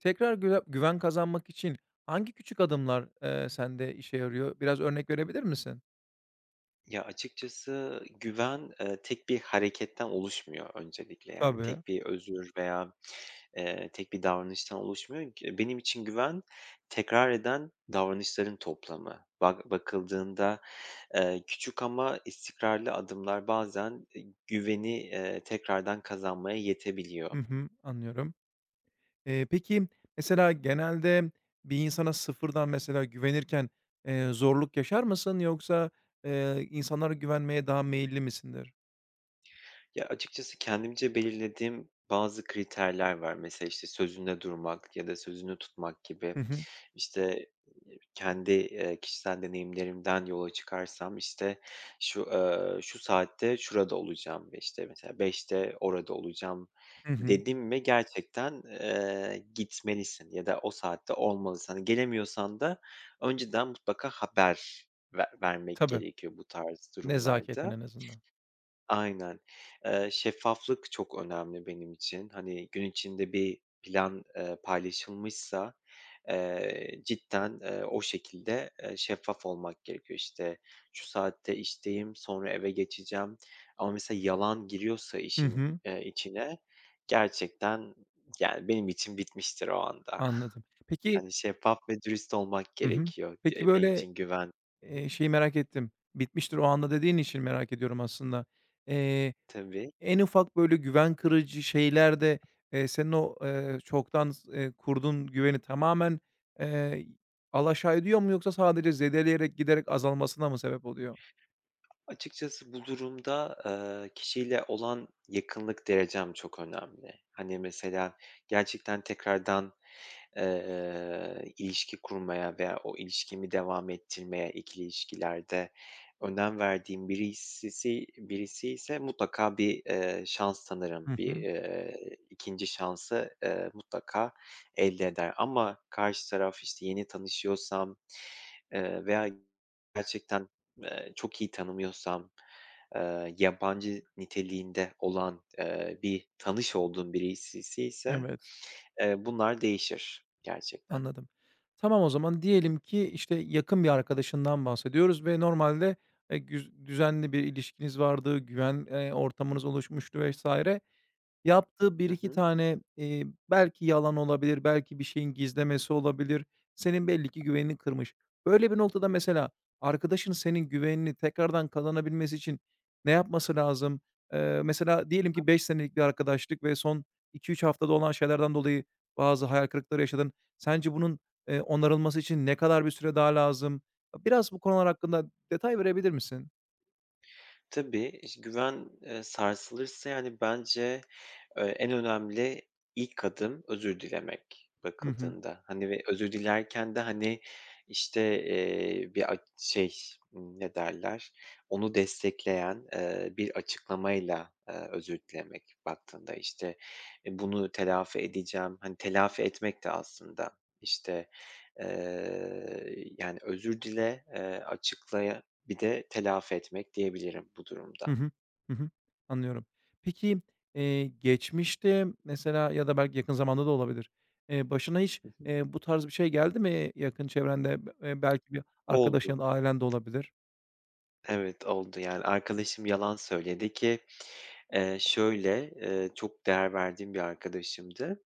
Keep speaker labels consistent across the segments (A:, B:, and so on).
A: Tekrar güven kazanmak için hangi küçük adımlar, sende işe yarıyor? Biraz örnek verebilir misin?
B: Ya, açıkçası güven, tek bir hareketten oluşmuyor öncelikle. Yani
A: Tabii.
B: tek bir özür veya, tek bir davranıştan oluşmuyor ki. Benim için güven tekrar eden davranışların toplamı. Bakıldığında, küçük ama istikrarlı adımlar bazen, güveni, tekrardan kazanmaya yetebiliyor.
A: Hı hı, anlıyorum. Peki, mesela genelde bir insana sıfırdan mesela güvenirken, zorluk yaşar mısın yoksa, insanlara güvenmeye daha meyilli misindir?
B: Ya, açıkçası kendimce belirlediğim bazı kriterler var. Mesela, işte, sözünde durmak ya da sözünü tutmak gibi.
A: Hı hı.
B: İşte, kendi, kişisel deneyimlerimden yola çıkarsam, işte, şu saatte şurada olacağım ve, işte, mesela 5'te orada olacağım
A: Hı hı.
B: dedim mi gerçekten, gitmelisin ya da o saatte olmalısın. Hani, gelemiyorsan da önceden mutlaka haber vermek
A: Tabii,
B: gerekiyor bu tarz
A: nezaketen
B: durumlarda.
A: en azından.
B: Aynen. Şeffaflık çok önemli benim için. Hani, gün içinde bir plan, paylaşılmışsa, cidden, o şekilde, şeffaf olmak gerekiyor. İşte, şu saatte işteyim, sonra eve geçeceğim ama mesela yalan giriyorsa
A: Hı
B: işin,
A: hı,
B: içine gerçekten, yani, benim için bitmiştir o anda.
A: anladım. Peki.
B: Yani şeffaf ve dürüst olmak
A: Hı hı.
B: gerekiyor
A: Peki,
B: diye benim
A: böyle,
B: için güven. Hı hı.
A: şeyi merak ettim, "Bitmiştir o anda" dediğin için merak ediyorum aslında.
B: Tabii.
A: En ufak böyle güven kırıcı şeyler de, senin o, çoktan kurduğun güveni tamamen, eee, alaşağı ediyor mu yoksa sadece zedeleyerek, giderek azalmasına mı sebep oluyor?
B: Açıkçası bu durumda, kişiyle olan yakınlık derecem çok önemli. Hani, mesela gerçekten tekrardan, ilişki kurmaya veya o ilişkimi devam ettirmeye ikili ilişkilerde önem verdiğim birisi ise mutlaka bir, şans tanırım.
A: Hı
B: Bir,
A: hı.
B: 2'nci şansı, mutlaka elde eder ama karşı taraf, işte, yeni tanışıyorsam. Veya gerçekten, çok iyi tanımıyorsam, yabancı niteliğinde olan, bir tanış olduğum birisiyse,
A: Evet.
B: bunlar değişir gerçekten.
A: Anladım. Tamam, o zaman diyelim ki, işte, yakın bir arkadaşından bahsediyoruz ve normalde, güz düzenli bir ilişkiniz vardı, güven, ortamınız oluşmuştu vesaire. Yaptığı bir
B: Hı
A: iki
B: hı.
A: tane, belki yalan olabilir, belki bir şeyin gizlemesi olabilir. Senin belli ki güvenini kırmış. Böyle bir noktada mesela arkadaşın senin güvenini tekrardan kazanabilmesi için ne yapması lazım? Mesela diyelim ki 5 senelik bir arkadaşlık ve son iki üç haftada olan şeylerden dolayı bazı hayal kırıklıkları yaşadın. Sence bunun, onarılması için ne kadar bir süre daha lazım? Biraz bu konular hakkında detay verebilir misin?
B: Tabii, iş güven, sarsılırsa, yani, bence en önemli ilk adım özür dilemek
A: Hı hı.
B: bakıldığında. Hani, ve özür dilerken de, hani, işte, bir şey, ne derler, onu destekleyen, bir açıklamayla, özür dilemek baktığında. İşte, bunu telafi edeceğim, hani, telafi etmek de aslında, işte, yani, özür dile, açıklaya bir de telafi etmek diyebilirim bu
A: Hı
B: durumda.
A: hı. Hı hı. Anlıyorum. Peki, geçmişte mesela ya da belki yakın zamanda da olabilir, başına hiç,
B: Hı hı.
A: bu tarz bir şey geldi mi yakın çevrende? B Belki bir arkadaşın ya
B: Oldu.
A: da ailen de olabilir.
B: Evet, oldu. Yani, arkadaşım yalan söyledi ki, şöyle, çok değer verdiğim bir arkadaşımdı.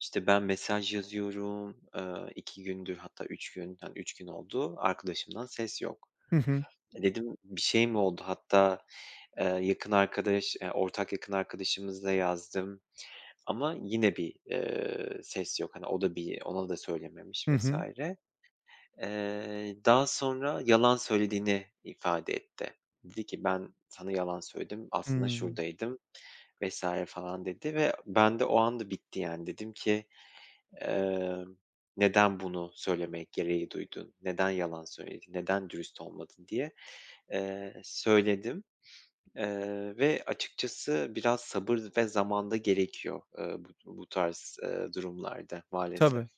B: İşte, ben mesaj yazıyorum, 2 gündür hatta 3 gün, hani, 3 gün oldu, arkadaşımdan ses yok.
A: Hı hı.
B: E, dedim, "Bir şey mi oldu?" Hatta, ortak yakın arkadaşımızla yazdım ama yine bir, ses yok. Hani, o da bir ona da söylememiş
A: Hı hı.
B: vesaire. Daha sonra yalan söylediğini ifade etti. Dedi ki, "Ben sana yalan söyledim, aslında
A: Hımm.
B: şuradaydım." vs. falan dedi ve ben de o anda bitti yani. Dedim ki, emm, "Neden bunu söylemek gereği duydun? Neden yalan söyledin? Neden dürüst olmadın?" diye, söyledim, ve açıkçası biraz sabır ve zamanda gerekiyor, bu tarz, durumlarda maalesef.
A: Tabii.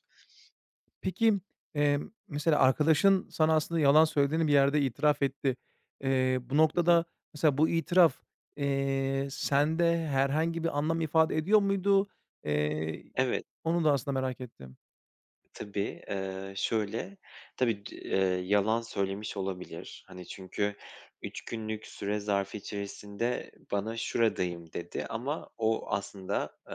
A: Peki, mesela arkadaşın sana aslında yalan söylediğini bir yerde itiraf etti. Bu
B: Hı hı.
A: noktada mesela bu itiraf, sende herhangi bir anlam ifade ediyor muydu? Eee,
B: Evet.
A: Onu da aslında merak ettim.
B: Tabii, şöyle, tabii, d yalan söylemiş olabilir. Hani, çünkü 3 günlük süre zarfı içerisinde bana "Şuradayım." dedi ama o aslında,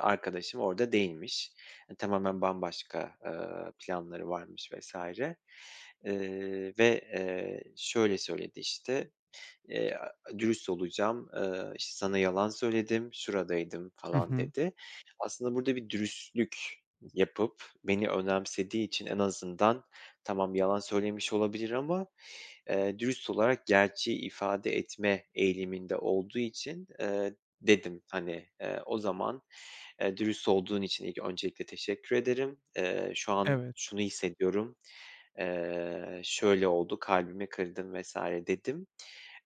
B: arkadaşım orada değilmiş. E, tamamen bambaşka, planları varmış vs. Ve, şöyle söyledi işte. Eee, Dürüst olacağım, işte, "Sana yalan söyledim, şuradaydım."
A: Hı
B: falan
A: hı.
B: dedi. Aslında burada bir dürüstlük yapıp beni önemsediği için en azından tamam yalan söylemiş olabilir ama, dürüst olarak gerçeği ifade etme eğiliminde olduğu için, dedim, hani, "O zaman, dürüst olduğun için ilk öncelikle teşekkür ederim. Şu an
A: Evet,
B: şunu hissediyorum, şöyle oldu, kalbimi kırdın." vs. dedim.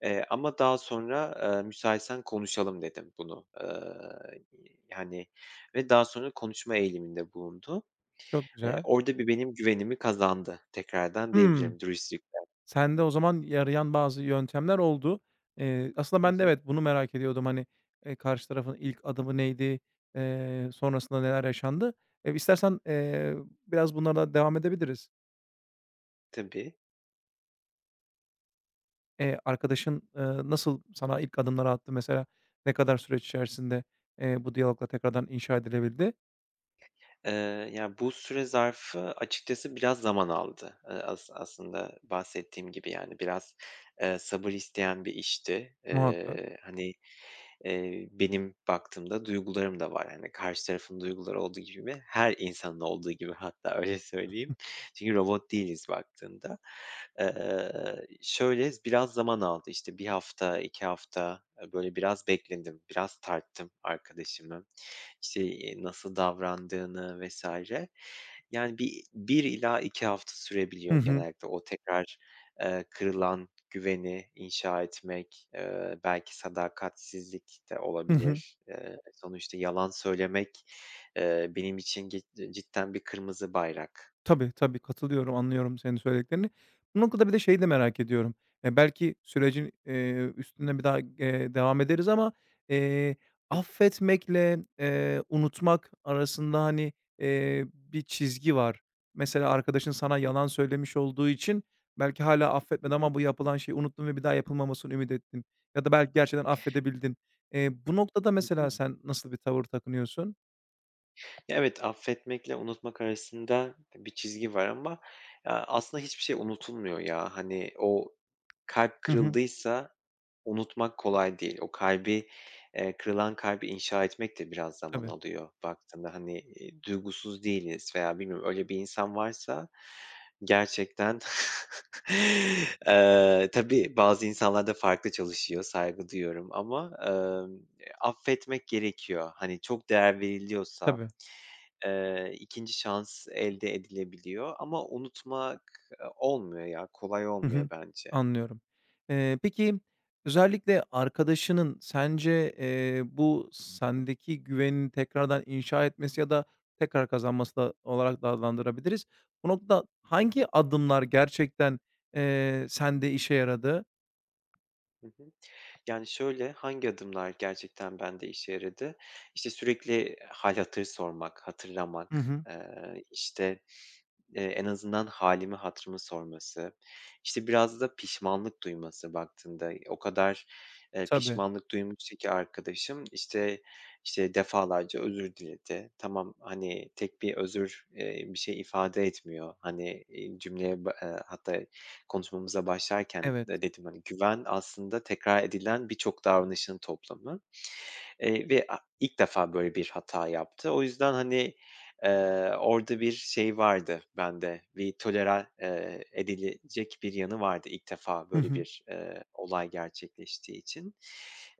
B: Ama daha sonra, "Müsaitsen konuşalım." dedim bunu. Yani ve daha sonra konuşma eğiliminde bulundu.
A: çok güzel.
B: Orada bir benim güvenimi kazandı tekrardan
A: Hımm.
B: diyebilirim dürüstlükle.
A: Sende o zaman yarayan bazı yöntemler oldu. Aslında
B: Hı
A: ben de
B: hı.
A: evet, bunu merak ediyordum. Hani, karşı tarafın ilk adımı neydi? Sonrasında neler yaşandı? İstersen, biraz bunlara devam edebiliriz.
B: Tabii.
A: Arkadaşın, nasıl sana ilk adımları attı? Mesela ne kadar süreç içerisinde, bu diyalogla tekrardan inşa edilebildi?
B: Eee, Ya, bu süre zarfı açıkçası biraz zaman aldı. As aslında bahsettiğim gibi, yani, biraz, sabır isteyen bir işti.
A: Muhakkak.
B: Hani, benim baktığımda duygularım da var. Hani, karşı tarafın duyguları olduğu gibi her insanın olduğu gibi hatta öyle söyleyeyim. Çünkü robot değiliz baktığında. Eee, Şöyle biraz zaman aldı, işte bir hafta, 2 hafta, böyle biraz bekledim, biraz tarttım arkadaşımı. İşte, nasıl davrandığını vesaire. Yani 1 ila 2 hafta
A: Hı
B: sürebiliyor
A: hı.
B: genellikle o tekrar kırılan güveni inşa etmek, belki sadakatsizlik de
A: Hı hı.
B: olabilir. Sonuçta yalan söylemek, benim için cidden bir kırmızı bayrak.
A: Tabii, tabii, katılıyorum, anlıyorum senin söylediklerini. Bu noktada bir de şeyi de merak ediyorum. Belki sürecin, üstüne bir daha, devam ederiz ama, eee,
B: Hı
A: affetmekle, unutmak arasında, hani, bir çizgi var. Mesela arkadaşın sana
B: hı,
A: yalan söylemiş olduğu için belki hala
B: hı
A: affetmedin
B: hı,
A: ama bu yapılan şeyi unuttun ve bir daha yapılmamasını ümit ettin ya da belki gerçekten affedebildin. Bu noktada
B: hı hı.
A: mesela sen nasıl bir tavır takınıyorsun?
B: Evet, affetmekle unutmak arasında bir çizgi var ama, aslında hiçbir şey unutulmuyor ya. Hani, o kalp
A: Hı hı.
B: kırıldıysa. Unutmak kolay değil. O kalbi, kırılan kalbi inşa etmek de biraz zaman
A: Tabii,
B: alıyor baktığında. Hani, duygusuz değiliz veya bilmiyorum öyle bir insan varsa gerçekten, tabii bazı insanlar da farklı çalışıyor, saygı duyuyorum ama, affetmek gerekiyor. Hani, çok değer veriliyorsa,
A: tabii.
B: 2'nci şans elde edilebiliyor ama unutmak, olmuyor ya, kolay
A: Hı
B: olmuyor
A: hı.
B: bence.
A: Anlıyorum. Peki, özellikle arkadaşının sence, bu sendeki güvenini tekrardan inşa etmesi ya da tekrar kazanması da olarak da adlandırabiliriz. Bu noktada
B: Hı hı.
A: hangi adımlar gerçekten, sende işe yaradı?
B: Hı hı. Yani, şöyle, hangi adımlar gerçekten bende işe yaradı? İşte, sürekli hâl hatır sormak,
A: Hı
B: hatırlamak,
A: hı.
B: işte, en azından halimi hatırımı sorması, işte, biraz da pişmanlık duyması baktığında. O kadar,
A: Tabii,
B: pişmanlık duymuştu ki arkadaşım, işte, defalarca özür diledi. Tamam, hani, tek bir özür, bir şey ifade etmiyor. Hani, cümleye ba hatta konuşmamıza başlarken
A: evet.
B: de dedim, hani, güven aslında tekrar edilen birçok davranışın toplamı. Ve a ilk defa böyle bir hata yaptı. O yüzden, hani, orada bir şey vardı bende, bir tolere, edilecek bir yanı vardı ilk defa
A: Hı
B: böyle
A: hı.
B: bir, olay gerçekleştiği için.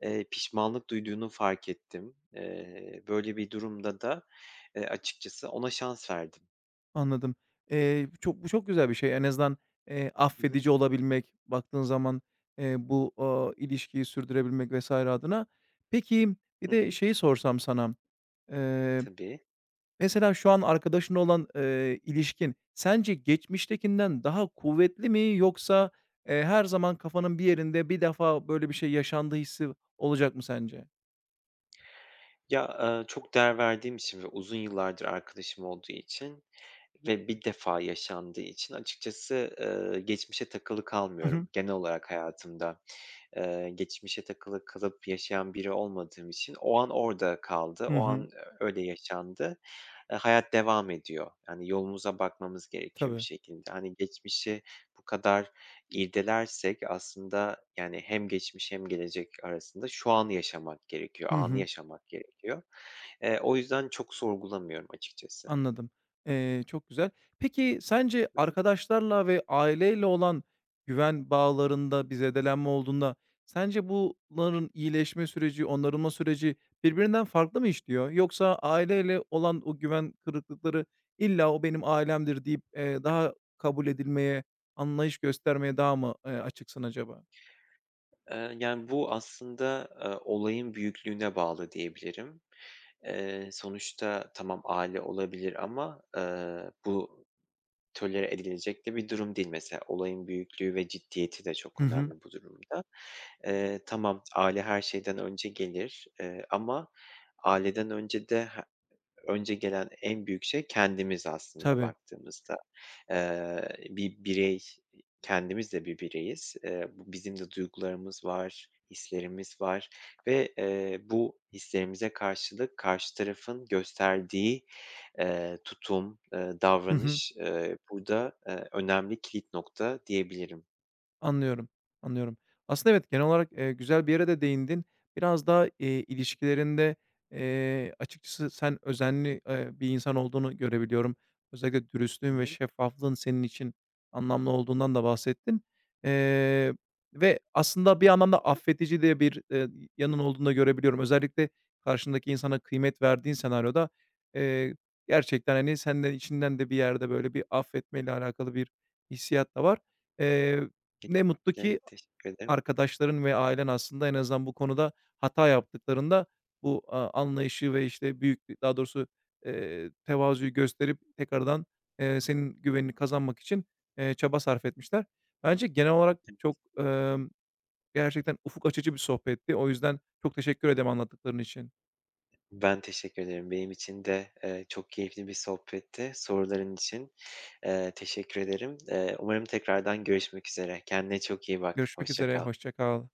B: Pişmanlık duyduğunu fark ettim. Böyle bir durumda da, açıkçası ona şans verdim.
A: Anladım. Çok bu çok güzel bir şey. En azından,
B: Hı hı.
A: affedici olabilmek, baktığın zaman, bu, ilişkiyi sürdürebilmek vs. adına. Peki,
B: Hı
A: bir
B: hı.
A: de şeyi sorsam sana, eee,
B: Tabii.
A: mesela şu an arkadaşınla olan, ilişkin sence geçmiştekinden daha kuvvetli mi yoksa, her zaman kafanın bir yerinde bir defa böyle bir şey yaşandı hissi olacak mı sence?
B: Ya, çok değer verdiğim için ve uzun yıllardır arkadaşım olduğu için ve bir defa yaşandığı için açıkçası, geçmişe takılı
A: Hı hı.
B: kalmıyorum genel olarak hayatımda. Geçmişe takılı kalıp yaşayan biri olmadığım için o an orada kaldı,
A: Hı
B: o
A: hı.
B: an öyle yaşandı. Hayat devam ediyor. Yani yolumuza bakmamız gerekiyor bir
A: Tabii.
B: şekilde. Hani, geçmişi bu kadar irdelersek aslında, yani, hem geçmiş hem gelecek arasında şu an yaşamak gerekiyor,
A: Hı
B: anı
A: hı.
B: yaşamak gerekiyor. O yüzden çok sorgulamıyorum açıkçası.
A: Anladım. Çok güzel. Peki sence arkadaşlarla ve aileyle olan güven bağlarında bir zedelenme olduğunda sence bunların iyileşme süreci, onarılma süreci birbirinden farklı mı işliyor? Yoksa aileyle olan o güven kırıklıkları illa o benim ailemdir deyip, daha kabul edilmeye, anlayış göstermeye daha mı, açıksın acaba?
B: Yani, bu aslında, olayın büyüklüğüne bağlı diyebilirim. Sonuçta tamam, aile olabilir ama, bu tolere edilecek de bir durum değil mesela. Olayın büyüklüğü ve ciddiyeti de çok
A: Hı hı.
B: önemli bu durumda. Tamam, aile her şeyden önce gelir, ama aileden önce de önce gelen en büyük şey kendimiz aslında
A: Tabii.
B: baktığımızda. Bir birey, kendimiz de bir bireyiz. Bu bizim de duygularımız var, hislerimiz var ve, bu hislerimize karşılık karşı tarafın gösterdiği, tutum,
A: Hı hı.
B: davranış, burada, önemli kilit nokta diyebilirim.
A: Anlıyorum, anlıyorum. Aslında evet, genel olarak, güzel bir yere de değindin. Biraz daha, ilişkilerinde, açıkçası sen özenli, bir insan olduğunu görebiliyorum. Özellikle
B: Hı
A: dürüstlüğün ve
B: hı.
A: şeffaflığın senin için anlamlı olduğundan da bahsettin. Eee, Ve aslında bir anlamda da affedici de bir, yanın olduğunu da görebiliyorum. Özellikle karşındaki insana kıymet verdiğin senaryoda, eee, gerçekten, hani, senden içinden de bir yerde böyle bir affetmeyle alakalı bir hissiyat da var. Eee Ne mutlu
B: Kesinlikle.
A: ki
B: Teşekkür ederim.
A: arkadaşların ve ailen aslında en azından bu konuda hata yaptıklarında bu, anlayışı ve, işte, büyük daha doğrusu, tevazuyu gösterip tekrardan, senin güvenini kazanmak için, çaba sarf etmişler. Bence genel olarak çok, gerçekten ufuk açıcı bir sohbetti. O yüzden çok teşekkür ederim anlattıkların için.
B: Ben teşekkür ederim. Benim için de, çok keyifli bir sohbetti. Soruların için, teşekkür ederim. Umarım tekrardan görüşmek üzere. Kendine çok iyi bak.
A: Görüşmek
B: Hoşça
A: üzere,
B: kal.
A: hoşça kal.